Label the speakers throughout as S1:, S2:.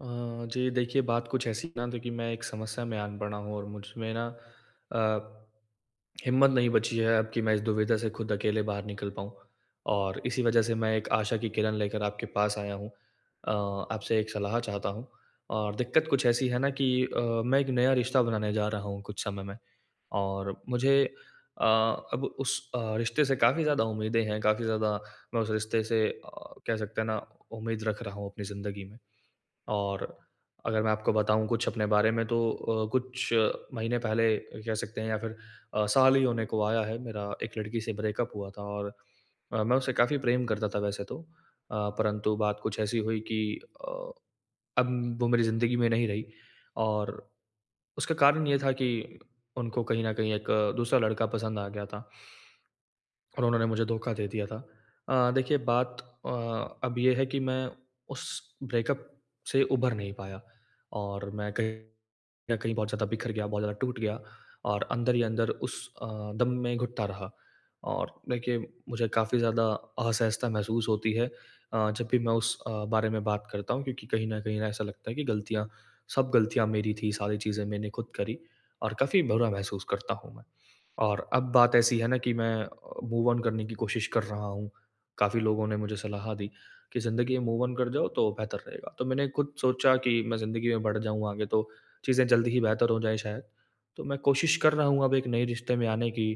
S1: अ, जी देखिए बात कुछ ऐसी ना तो कि मैं एक समस्या में आन पड़ा हूँ और मुझमें ना अ, हिम्मत नहीं बची है अब कि मैं इस दुविधा से खुद अकेले बाहर निकल पाऊँ और इसी वजह से मैं एक आशा की किरण लेकर आपके पास आया हूँ। अ, आपसे एक सलाह चाहता हूँ और दिक्कत कुछ ऐसी है ना कि मैं एक नया रिश्ता बनाने जा रहा हूँ कुछ समय में और मुझे अ, अब उस रिश्ते से काफ़ी ज़्यादा उम्मीदें हैं काफ़ी ज़्यादा। मैं उस रिश्ते से कह सकते हैं ना उम्मीद रख रहा हूँ अपनी ज़िंदगी में। और अगर मैं आपको बताऊँ कुछ अपने बारे में तो कुछ महीने पहले कह सकते हैं या फिर साल ही होने को आया है मेरा एक लड़की से ब्रेकअप हुआ था और मैं उससे काफ़ी प्रेम करता था वैसे तो। परंतु बात कुछ ऐसी हुई कि अ, अब वो मेरी ज़िंदगी में नहीं रही और उसका कारण ये था कि उनको कहीं न कहीं एक दूसरा लड़का पसंद आ गया था। और उन्होंने मुझे धोखा दे दिया था। देखिए बात अब ये है कि मैं उस ब्रेकअप से उभर नहीं पाया और मैं कहीं न कहीं बहुत ज़्यादा बिखर गया, बहुत ज़्यादा टूट गया और अंदर ही अंदर उस दम में घुटता रहा। और देखिए मुझे काफ़ी ज़्यादा असहजता महसूस होती है जब भी मैं उस बारे में बात करता हूँ क्योंकि कहीं न कहीं ना ऐसा लगता है कि गलतियाँ सब गलतियाँ मेरी थी, सारी चीज़ें मैंने खुद करी और काफ़ी बुरा महसूस करता हूँ मैं। और अब बात ऐसी है ना कि मैं मूव ऑन करने की कोशिश कर रहा हूँ। काफ़ी लोगों ने मुझे सलाह दी कि ज़िंदगी में मूव ऑन कर जाओ तो बेहतर रहेगा। तो मैंने खुद सोचा कि मैं ज़िंदगी में बढ़ जाऊँ आगे तो चीज़ें जल्दी ही बेहतर हो जाएँ शायद। तो मैं कोशिश कर रहा हूँ अब एक नए रिश्ते में आने की।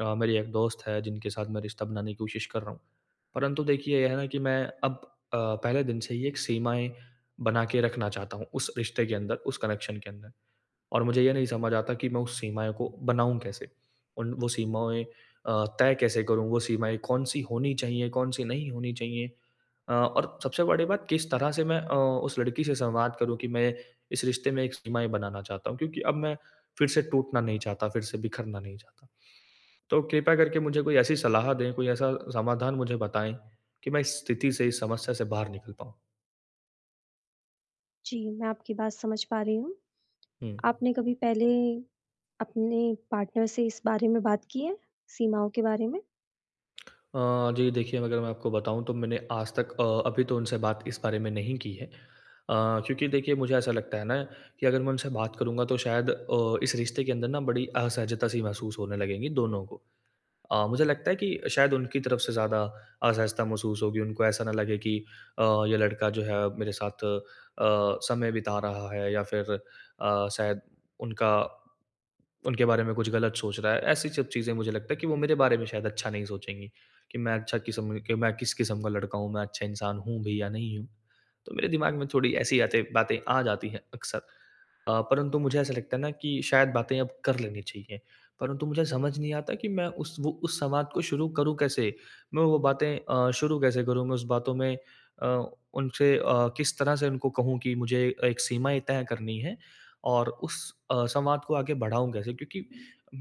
S1: मेरी एक दोस्त है जिनके साथ मैं रिश्ता बनाने की कोशिश कर रहा हूँ। परंतु देखिए यह है ना कि मैं अब अ, पहले दिन से ही एक सीमाएँ बना के रखना चाहता हूँ उस रिश्ते के अंदर, उस कनेक्शन के अंदर। और मुझे ये नहीं समझ आता कि मैं उस सीमाएँ को बनाऊँ कैसे? उन वो सीमाएँ तय कैसे करूँ? वो सीमाएँ कौन-सी होनी चाहिए, कौन-सी नहीं होनी चाहिए? और सबसे बड़ी बात किस तरह से मैं उस लड़की से संवाद करूँ कि मैं इस रिश्ते में एक सीमाएँ बनाना चाहता हूँ क्योंकि अब मैं फिर से टूटना नहीं चाहता, फिर से बिखरना नहीं चाहता। तो कृपया करके मुझे कोई ऐसी सलाह दें, कोई ऐसा समाधान मुझे बताएँ कि मैं इस स्थिति से, इस समस्या से बाहर निकल पाऊँ।
S2: जी, मैं आपकी बात समझ पा रही हूँ।
S1: हुँ।
S2: आपने कभी पहले अपने पार्टनर से इस बारे में बात की है, सीमाओं के बारे में?
S1: जी देखिए अगर मैं आपको बताऊँ तो मैंने आज तक अभी तो उनसे बात इस बारे में नहीं की है। क्योंकि देखिए मुझे ऐसा लगता है ना कि अगर मैं उनसे बात करूँगा तो शायद इस रिश्ते के अंदर ना बड़ी असहजता सी महसूस होने लगेगी दोनों को। मुझे लगता है कि शायद उनकी तरफ से ज़्यादा असहजता महसूस होगी, उनको ऐसा ना लगे कि अ, ये लड़का जो है मेरे साथ समय बिता रहा है या फिर शायद उनका उनके बारे में कुछ गलत सोच रहा है। ऐसी सब चीज़ें मुझे लगता है कि वो मेरे बारे में शायद अच्छा नहीं सोचेंगी, कि मैं अच्छा किस्म कि मैं किस किस्म का लड़का हूँ, मैं अच्छा इंसान हूँ भी या नहीं हूँ। तो मेरे दिमाग में थोड़ी ऐसी आते बातें आ जाती हैं अक्सर। परंतु मुझे ऐसा लगता है ना कि शायद बातें अब कर लेनी चाहिए। परंतु मुझे समझ नहीं आता कि मैं उस वो उस संवाद को शुरू करूँ कैसे? मैं वो बातें शुरू कैसे करूँ? मैं उस बातों में उनसे किस तरह से उनको कहूँ कि मुझे एक सीमाएँ तय करनी है और उस संवाद को आगे बढ़ाऊँ कैसे? क्योंकि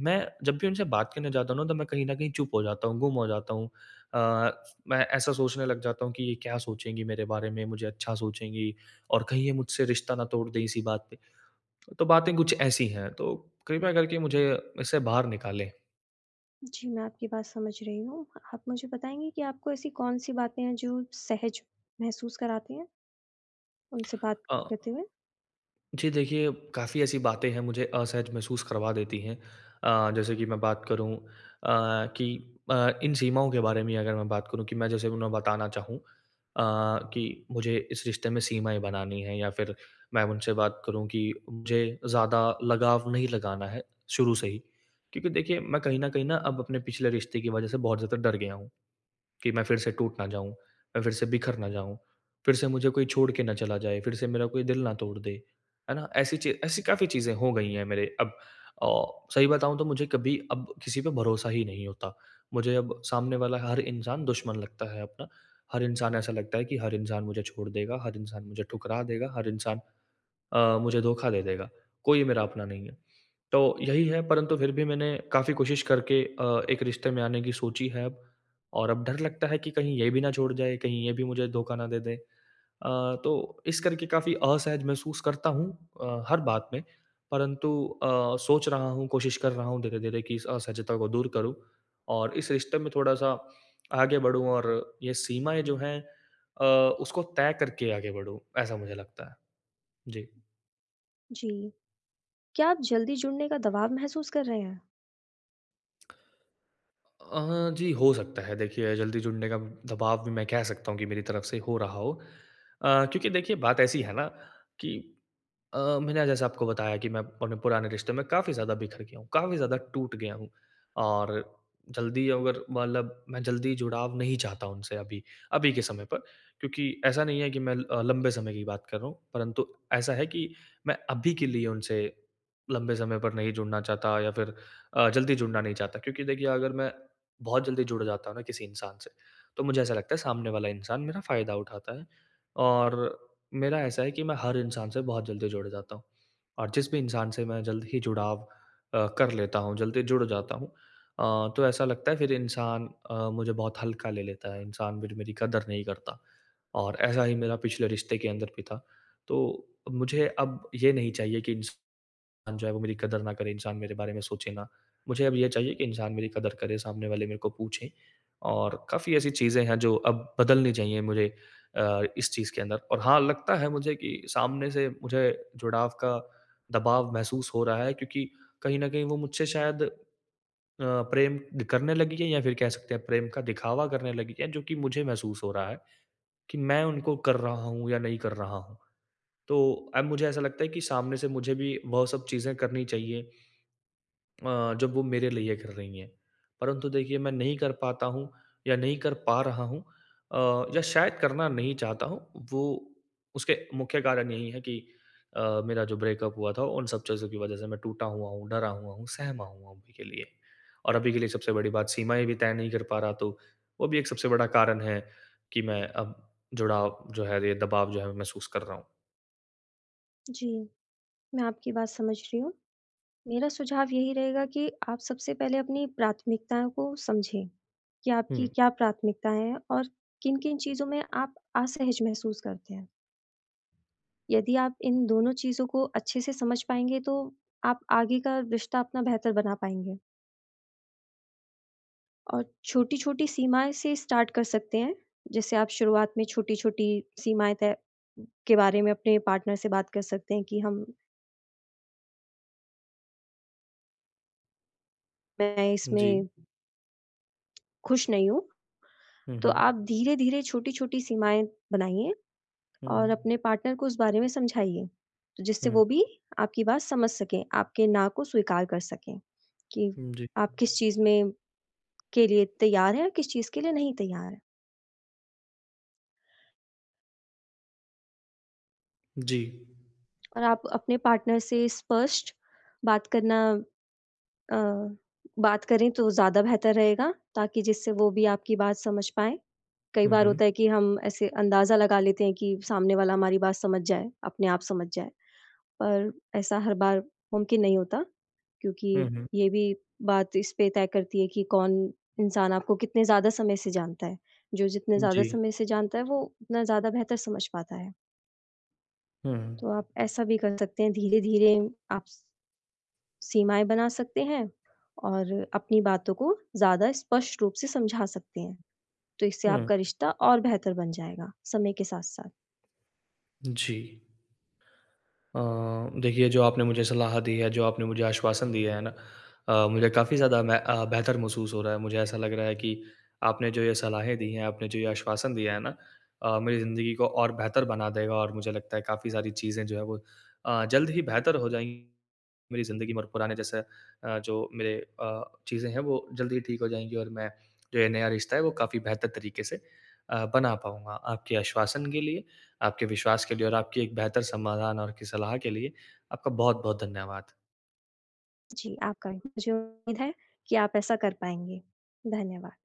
S1: मैं जब भी उनसे बात करने जाता हूँ ना, तो मैं कहीं न कहीं चुप हो जाता हूँ, गुम हो जाता हूँ। अ, मैं ऐसा सोचने लग जाता हूँ कि ये क्या सोचेंगी मेरे बारे में, मुझे अच्छा सोचेंगी और कहीं ये मुझसे रिश्ता ना तोड़ दें इसी बात पे। तो बातें कुछ ऐसी हैं, तो कृपया करके मुझे इससे बाहर निकालें।
S2: जी, मैं आपकी बात समझ रही हूँ। आप मुझे बताएँगे कि आपको ऐसी कौन-सी बातें हैं जो सहज महसूस कराती हैं, उनसे बात
S1: अ,
S2: करते हुए?
S1: जी देखिए, काफ़ी ऐसी बातें हैं मुझे असहज महसूस करवा देती हैं। जैसे कि मैं बात करूँ अ, कि इन सीमाओं के बारे में अगर मैं बात करूँ कि मैं जैसे उन्हें बताना चाहूँ कि मुझे इस रिश्ते में सीमाएँ बनानी हैं या फिर मैं उनसे बात करूँ कि मुझे ज़्यादा लगाव नहीं लगाना है शुरू से ही। क्योंकि देखिए, मैं कहीं न कहीं ना अब अपने पिछले रिश्ते की वज़ह से बहुत ज़्यादा डर गया हूँ। कि मैं फिर से टूट ना जाऊँ, मैं फिर से बिखर ना जाऊँ, फिर से मुझे कोई छोड़ के ना चला जाए, फिर से मेरा कोई दिल ना तोड़ दे, है ना? ऐसी ची ऐसी काफ़ी चीज़ें हो गई हैं मेरे अब औ सही बताऊँ तो मुझे कभी अब किसी पे भरोसा ही नहीं होता। मुझे अब सामने वाला हर इंसान दुश्मन लगता है अपना, हर इंसान ऐसा लगता है कि हर इंसान मुझे छोड़ देगा, हर इंसान मुझे ठुकरा देगा, हर इंसान मुझे धोखा दे देगा, कोई मेरा अपना नहीं है। तो यही है परंतु फिर भी मैंने काफ़ी कोशिश करके एक रिश्ते में आने की सोची है अब और अब डर लगता है कि कहीं ये भी ना छोड़ जाए, कहीं ये भी मुझे धोखा ना दे दे। तो इस करके काफ़ी असहज महसूस करता हूँ हर बात में, परंतु सोच रहा हूँ, कोशिश कर रहा हूँ धीरे-धीरे कि इस असहजता को दूर करूँ और इस रिश्ते में थोड़ा-सा आगे बढ़ूँ और ये सीमाएँ जो हैं अ, उसको तय करके आगे बढ़ूँ, ऐसा मुझे लगता है। जी।
S2: जी, क्या आप जल्दी जुड़ने का दबाव महसूस कर रहे हैं?
S1: जी, हो सकता है देखिए जल्दी जुड़ने का दबाव भी मैं कह सकता हूँ कि मेरी तरफ से हो रहा हो। क्योंकि देखिए बात ऐसी है ना कि मैंने जैसे आपको बताया कि मैं अपने पुराने रिश्ते में काफ़ी ज़्यादा बिखर गया हूँ, काफ़ी ज़्यादा टूट गया हूँ और जल्दी अगर मतलब मैं जल्दी जुड़ाव नहीं चाहता उनसे अभी, अभी के समय पर क्योंकि ऐसा नहीं है कि मैं लंबे समय की बात कर रहा हूँ, परंतु ऐसा है कि मैं अभी के लिए उनसे लंबे समय पर नहीं जुड़ना चाहता या फिर जल्दी जुड़ना नहीं चाहता क्योंकि देखिए अगर मैं बहुत जल्दी जुड़ जाता हूँ ना किसी इंसान से, तो मुझे ऐसा लगता है सामने वाला इंसान मेरा फ़ायदा उठाता है और मेरा ऐसा है कि मैं हर इंसान से बहुत जल्दी जुड़ जाता हूँ और जिस भी इंसान से मैं जल्द ही जुड़ाव कर लेता हूँ, जल्दी जुड़ जाता हूँ तो ऐसा लगता है फिर इंसान मुझे बहुत हल्का ले लेता है, इंसान फिर मेरी कदर नहीं करता और ऐसा ही मेरा पिछले रिश्ते के अंदर भी था। तो मुझे अब ये नहीं चाहिए कि इंस इंसान जो है वो मेरी कदर ना करे, इंसान मेरे बारे में सोचे ना। मुझे अब ये चाहिए कि इंसान मेरी कदर करे, सामने वाले मेरे को पूछें और काफ़ी ऐसी चीज़ें हैं जो अब बदलनी चाहिए मुझे इस चीज़ के अंदर। और हाँ, लगता है मुझे कि सामने से मुझे जुड़ाव का दबाव महसूस हो रहा है क्योंकि कहीं न कहीं वो मुझसे शायद प्रेम करने लगी है या फिर कह सकते हैं प्रेम का दिखावा करने लगी है, जो कि मुझे महसूस हो रहा है कि मैं उनको कर रहा हूँ या नहीं कर रहा हूँ। तो अब मुझे ऐसा लगता है कि सामने से मुझे भी वो सब चीज़ें करनी चाहिए जब वो मेरे लिए कर रही हैं। परंतु देखिए मैं नहीं कर पाता हूँ या नहीं कर पा रहा हूँ अ, या शायद करना नहीं चाहता हूँ, वो उसके मुख्य कारण यही है कि मेरा जो ब्रेकअप हुआ था उन सब चीज़ों की वज़ह से मैं टूटा हुआ हूँ, डरा हुआ हूँ, सहमा हुआ हूँ अभी के लिए। और अभी के लिए सबसे बड़ी बात सीमाएँ भी तय नहीं कर पा रहा तो वो भी एक सबसे बड़ा कारण है कि मैं अब जुड़ाव जो है ये दबाव जो है महसूस कर रहा हूँ।
S2: जी, मैं आपकी बात समझ रही हूँ। मेरा सुझाव यही रहेगा कि आप सबसे पहले अपनी प्राथमिकताओं को समझें, कि
S1: हुँ।
S2: आपकी क्या प्राथमिकताएँ हैं और किन-किन चीज़ों में आप असहज महसूस करते हैं। यदि आप इन दोनों चीज़ों को अच्छे से समझ पाएँगे, तो आप आगे का रिश्ता अपना बेहतर बना पाएँगे और छोटी-छोटी सीमाएँ से स्टार्ट कर सकते हैं। जैसे आप शुरुआत में छोटी-छोटी सीमाएँ तय के बारे में अपने पार्टनर से बात कर सकते हैं कि हम मैं
S1: जी।
S2: इसमें खुश नहीं हूँ,
S1: हुँ,
S2: तो
S1: हुँ।
S2: आप धीरे-धीरे छोटी-छोटी सीमाएँ बनाइए
S1: हुँ,
S2: और
S1: हुँ।
S2: अपने पार्टनर को उस बारे में समझाइए, तो जिससे
S1: हुँ।
S2: वो भी आपकी बात समझ सकें, आपके ना को स्वीकार कर सकें कि
S1: जी।
S2: आप किस चीज़ में के लिए तैयार हैं और किस चीज़ के लिए नहीं तैयार हैं।
S1: जी।
S2: और आप अपने पार्टनर से स्पष्ट बात करना अ, बात करें तो ज़्यादा बेहतर रहेगा ताकि जिससे वो भी आपकी बात समझ पाएँ। कई
S1: हुँ,
S2: बार
S1: हुँ।
S2: होता है कि हम ऐसे अंदाज़ा लगा लेते हैं कि सामने वाला हमारी बात समझ जाए, अपने आप समझ जाए, पर ऐसा हर बार मुमकिन नहीं होता। क्योंकि
S1: हुँ, हुँ।
S2: ये भी बात इस पे तय करती है कि कौन इंसान आपको कितने ज़्यादा समय से जानता है। जो जितने ज़्यादा
S1: जी।
S2: समय से जानता है, वो उतना ज़्यादा बेहतर समझ पाता है।
S1: हुँ, हुँ।
S2: तो आप ऐसा भी कर सकते हैं, धीरे-धीरे आप स सीमाएँ बना सकते हैं और अपनी बातों को ज़्यादा स्पष्ट रूप से समझा सकते हैं। तो इससे आपका रिश्ता और बेहतर बन जाएगा, समय के साथ-साथ।
S1: हुँ, जी। अ, देखिए जो आपने मुझे सलाह दी है, जो आपने मुझे आश्वासन दिया है ना मुझे काफ़ी ज़्यादा मैं बेहतर महसूस हो रहा है। मुझे ऐसा लग रहा है कि आपने जो ये सलाहें दी हैं, आपने जो ये आश्वासन दिया है ना मेरी ज़िंदगी को और बेहतर बना देगा और मुझे लगता है काफ़ी सारी चीज़ें जो है वो जल्द ही बेहतर हो जाएँगी मेरी ज़िंदगी में और पुराने जैसे जो मेरे अ, चीज़ें हैं वो जल्द ही ठीक हो जाएँगी और मैं जो ये नया रिश्ता है वो काफ़ी बेहतर तरीके से बना पाऊँगा। आपके आश्वासन के लिए आपके विश्वास के लिए और आपकी एक बेहतर समाधान और की सलाह के लिए आपका बहुत-बहुत धन्यवाद।
S2: जी, आपका मुझे उम्मीद है कि आप ऐसा कर पाएँगे। धन्यवाद।